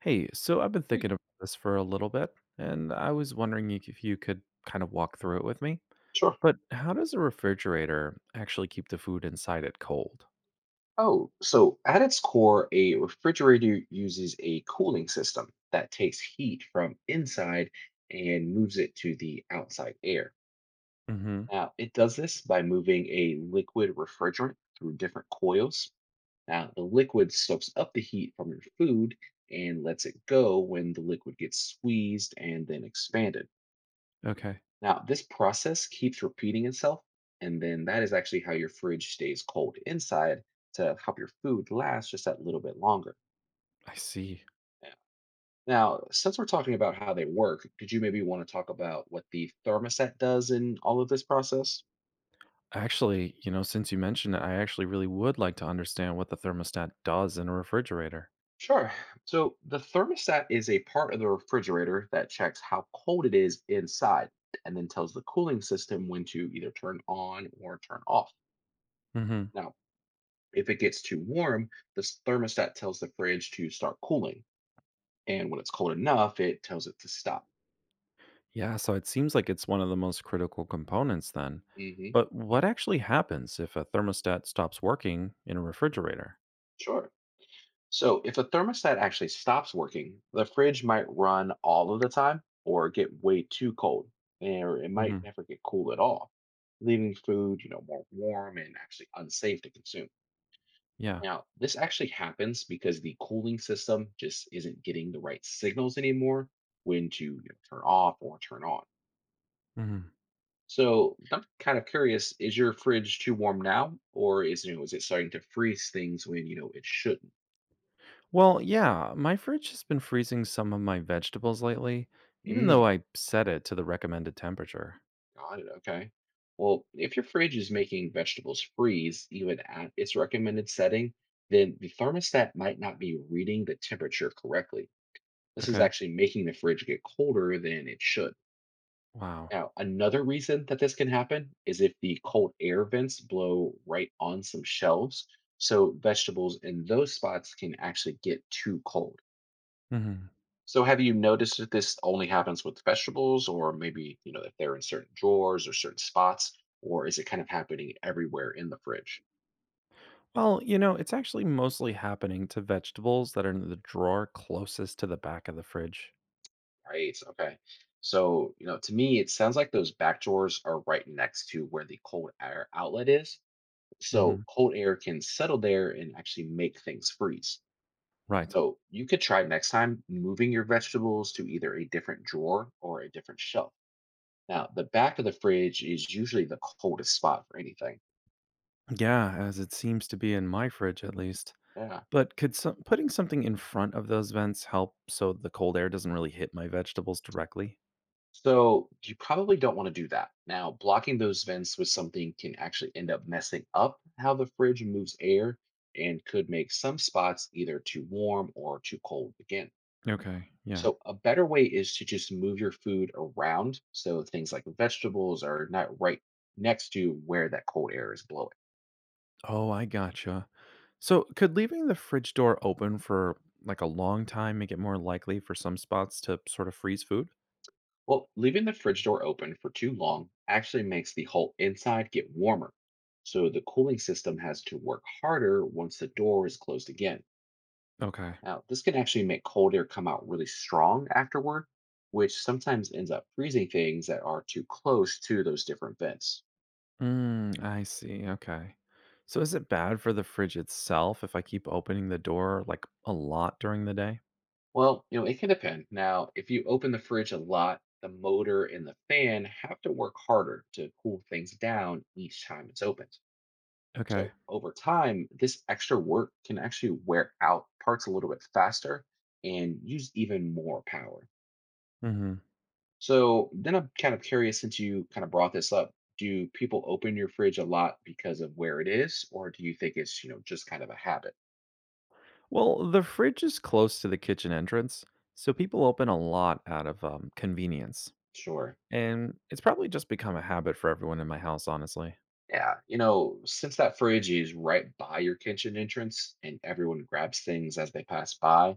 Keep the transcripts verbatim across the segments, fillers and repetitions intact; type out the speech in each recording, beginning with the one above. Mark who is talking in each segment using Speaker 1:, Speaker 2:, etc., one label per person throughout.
Speaker 1: Hey, so I've been
Speaker 2: Hey.
Speaker 1: thinking about this for a little bit, and I was wondering you- if you could kind of walk through it with me.
Speaker 2: Sure.
Speaker 1: But how does a refrigerator actually keep the food inside it cold?
Speaker 2: Oh, so at its core, a refrigerator uses a cooling system that takes heat from inside and moves it to the outside air.
Speaker 1: Hmm.
Speaker 2: Now, it does this by moving a liquid refrigerant through different coils. Now, the liquid soaks up the heat from your food and lets it go when the liquid gets squeezed and then expanded.
Speaker 1: Okay,
Speaker 2: Now, this process keeps repeating itself, and then that is actually how your fridge stays cold inside to help your food last just that little bit longer.
Speaker 1: I see.
Speaker 2: Yeah. Now, since we're talking about how they work, could you maybe want to talk about what the thermostat does in all of this process?
Speaker 1: Actually, you know, since you mentioned it, I actually really would like to understand what the thermostat does in a refrigerator.
Speaker 2: Sure. So, the thermostat is a part of the refrigerator that checks how cold it is inside and then tells the cooling system when to either turn on or turn off.
Speaker 1: Hmm.
Speaker 2: Now, if it gets too warm, this thermostat tells the fridge to start cooling. And when it's cold enough, it tells it to stop.
Speaker 1: Yeah, so it seems like it's one of the most critical components then.
Speaker 2: Hmm.
Speaker 1: But what actually happens if a thermostat stops working in a refrigerator?
Speaker 2: Sure. So if a thermostat actually stops working, the fridge might run all of the time or get way too cold, eh, or it might
Speaker 1: Hmm.
Speaker 2: never get cool at all, leaving food, you know, more warm and actually unsafe to consume.
Speaker 1: Yeah.
Speaker 2: Now, this actually happens because the cooling system just isn't getting the right signals anymore when to, you know, turn off or turn on.
Speaker 1: Mm-hmm.
Speaker 2: So I'm kind of curious, is your fridge too warm now? Or is, you know, it starting to freeze things when you know it shouldn't?
Speaker 1: Well, yeah, my fridge has been freezing some of my vegetables lately, even though
Speaker 2: Mm,
Speaker 1: I set it to the recommended temperature.
Speaker 2: got it. Okay. Well, if your fridge is making vegetables freeze even at its recommended setting, then the thermostat might not be reading the temperature correctly. This is
Speaker 1: Okay.
Speaker 2: actually making the fridge get colder than it should.
Speaker 1: Wow.
Speaker 2: Now, another reason that this can happen is if the cold air vents blow right on some shelves. So vegetables in those spots can actually get too cold.
Speaker 1: Hmm.
Speaker 2: So have you noticed that this only happens with vegetables or maybe, you know, if they're in certain drawers or certain spots, or is it kind of happening everywhere in the fridge?
Speaker 1: Well, you know, it's actually mostly happening to vegetables that are in the drawer closest to the back of the fridge.
Speaker 2: Right. Okay. So, you know, to me, it sounds like those back drawers are right next to where the cold air outlet is.
Speaker 1: Hmm.
Speaker 2: So cold air can settle there and actually make things freeze.
Speaker 1: Right.
Speaker 2: So you could try next time moving your vegetables to either a different drawer or a different shelf. Now, the back of the fridge is usually the coldest spot for anything.
Speaker 1: Yeah, as it seems to be in my fridge at least.
Speaker 2: Yeah.
Speaker 1: But could some, putting something in front of those vents help so the cold air doesn't really hit my vegetables directly?
Speaker 2: So you probably don't want to do that. Now, blocking those vents with something can actually end up messing up how the fridge moves air and could make some spots either too warm or too cold again.
Speaker 1: Okay. Yeah.
Speaker 2: So, a better way is to just move your food around so things like vegetables are not right next to where that cold air is blowing.
Speaker 1: Oh, I gotcha. So, could leaving the fridge door open for like a long time make it more likely for some spots to sort of freeze food?
Speaker 2: Well, leaving the fridge door open for too long actually makes the whole inside get warmer. So the cooling system has to work harder once the door is closed again.
Speaker 1: Okay.
Speaker 2: Now, this can actually make cold air come out really strong afterward, which sometimes ends up freezing things that are too close to those different vents.
Speaker 1: Mm, I see. Okay. So, is it bad for the fridge itself if I keep opening the door like a lot during the day?
Speaker 2: Well, you know, it can depend. Now, if you open the fridge a lot, the motor and the fan have to work harder to cool things down each time it's opened.
Speaker 1: Okay.
Speaker 2: So over time, this extra work can actually wear out parts a little bit faster and use even more power.
Speaker 1: Hmm.
Speaker 2: So then I'm kind of curious, since you kind of brought this up, do people open your fridge a lot because of where it is, or do you think it's, you know, just kind of a habit?
Speaker 1: Well, the fridge is close to the kitchen entrance, so people open a lot out of um, convenience.
Speaker 2: Sure.
Speaker 1: And it's probably just become a habit for everyone in my house, honestly.
Speaker 2: Yeah. You know, since that fridge is right by your kitchen entrance and everyone grabs things as they pass by,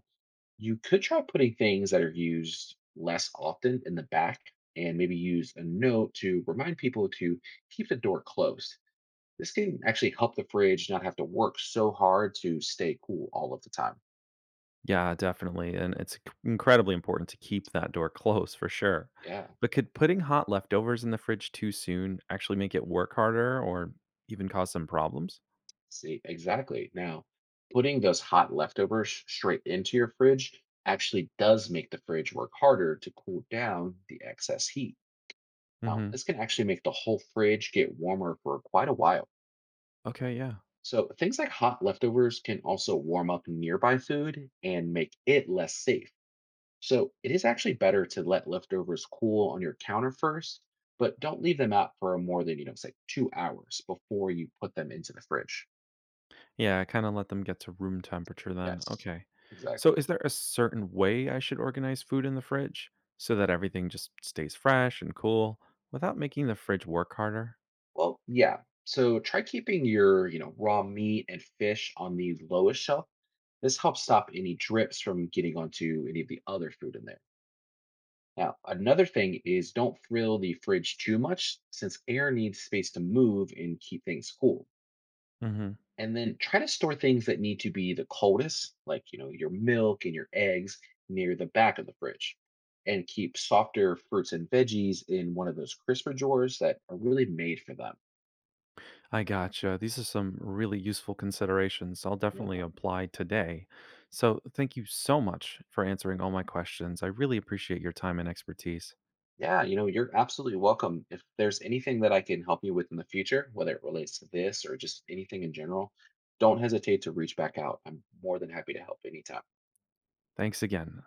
Speaker 2: you could try putting things that are used less often in the back and maybe use a note to remind people to keep the door closed. This can actually help the fridge not have to work so hard to stay cool all of the time.
Speaker 1: Yeah, definitely, and it's incredibly important to keep that door closed for sure.
Speaker 2: Yeah,
Speaker 1: But could putting hot leftovers in the fridge too soon actually make it work harder or even cause some problems?
Speaker 2: see, exactly. Now, putting those hot leftovers straight into your fridge actually does make the fridge work harder to cool down the excess heat. Now,
Speaker 1: Mhm.
Speaker 2: this can actually make the whole fridge get warmer for quite a while.
Speaker 1: Okay, yeah.
Speaker 2: So things like hot leftovers can also warm up nearby food and make it less safe. So it is actually better to let leftovers cool on your counter first, but don't leave them out for more than, you know, say two hours before you put them into the fridge.
Speaker 1: Yeah, kinda let them get to room temperature then,
Speaker 2: Yes.
Speaker 1: okay. So
Speaker 2: Exactly.
Speaker 1: is there a certain way I should organize food in the fridge so that everything just stays fresh and cool without making the fridge work harder?
Speaker 2: Well, yeah. So try keeping your, you know, raw meat and fish on the lowest shelf. This helps stop any drips from getting onto any of the other food in there. Now, another thing is don't fill the fridge too much since air needs space to move and keep things cool.
Speaker 1: Mhm.
Speaker 2: And then try to store things that need to be the coldest, like, you know, your milk and your eggs near the back of the fridge. And keep softer fruits and veggies in one of those crisper drawers that are really made for them.
Speaker 1: I gotcha. These are some really useful considerations I'll
Speaker 2: Yeah.
Speaker 1: definitely apply today. So, thank you so much for answering all my questions. I really appreciate your time and expertise.
Speaker 2: Yeah, you know, you're absolutely welcome. If there's anything that I can help you with in the future, whether it relates to this or just anything in general, don't hesitate to reach back out. I'm more than happy to help anytime.
Speaker 1: Thanks again.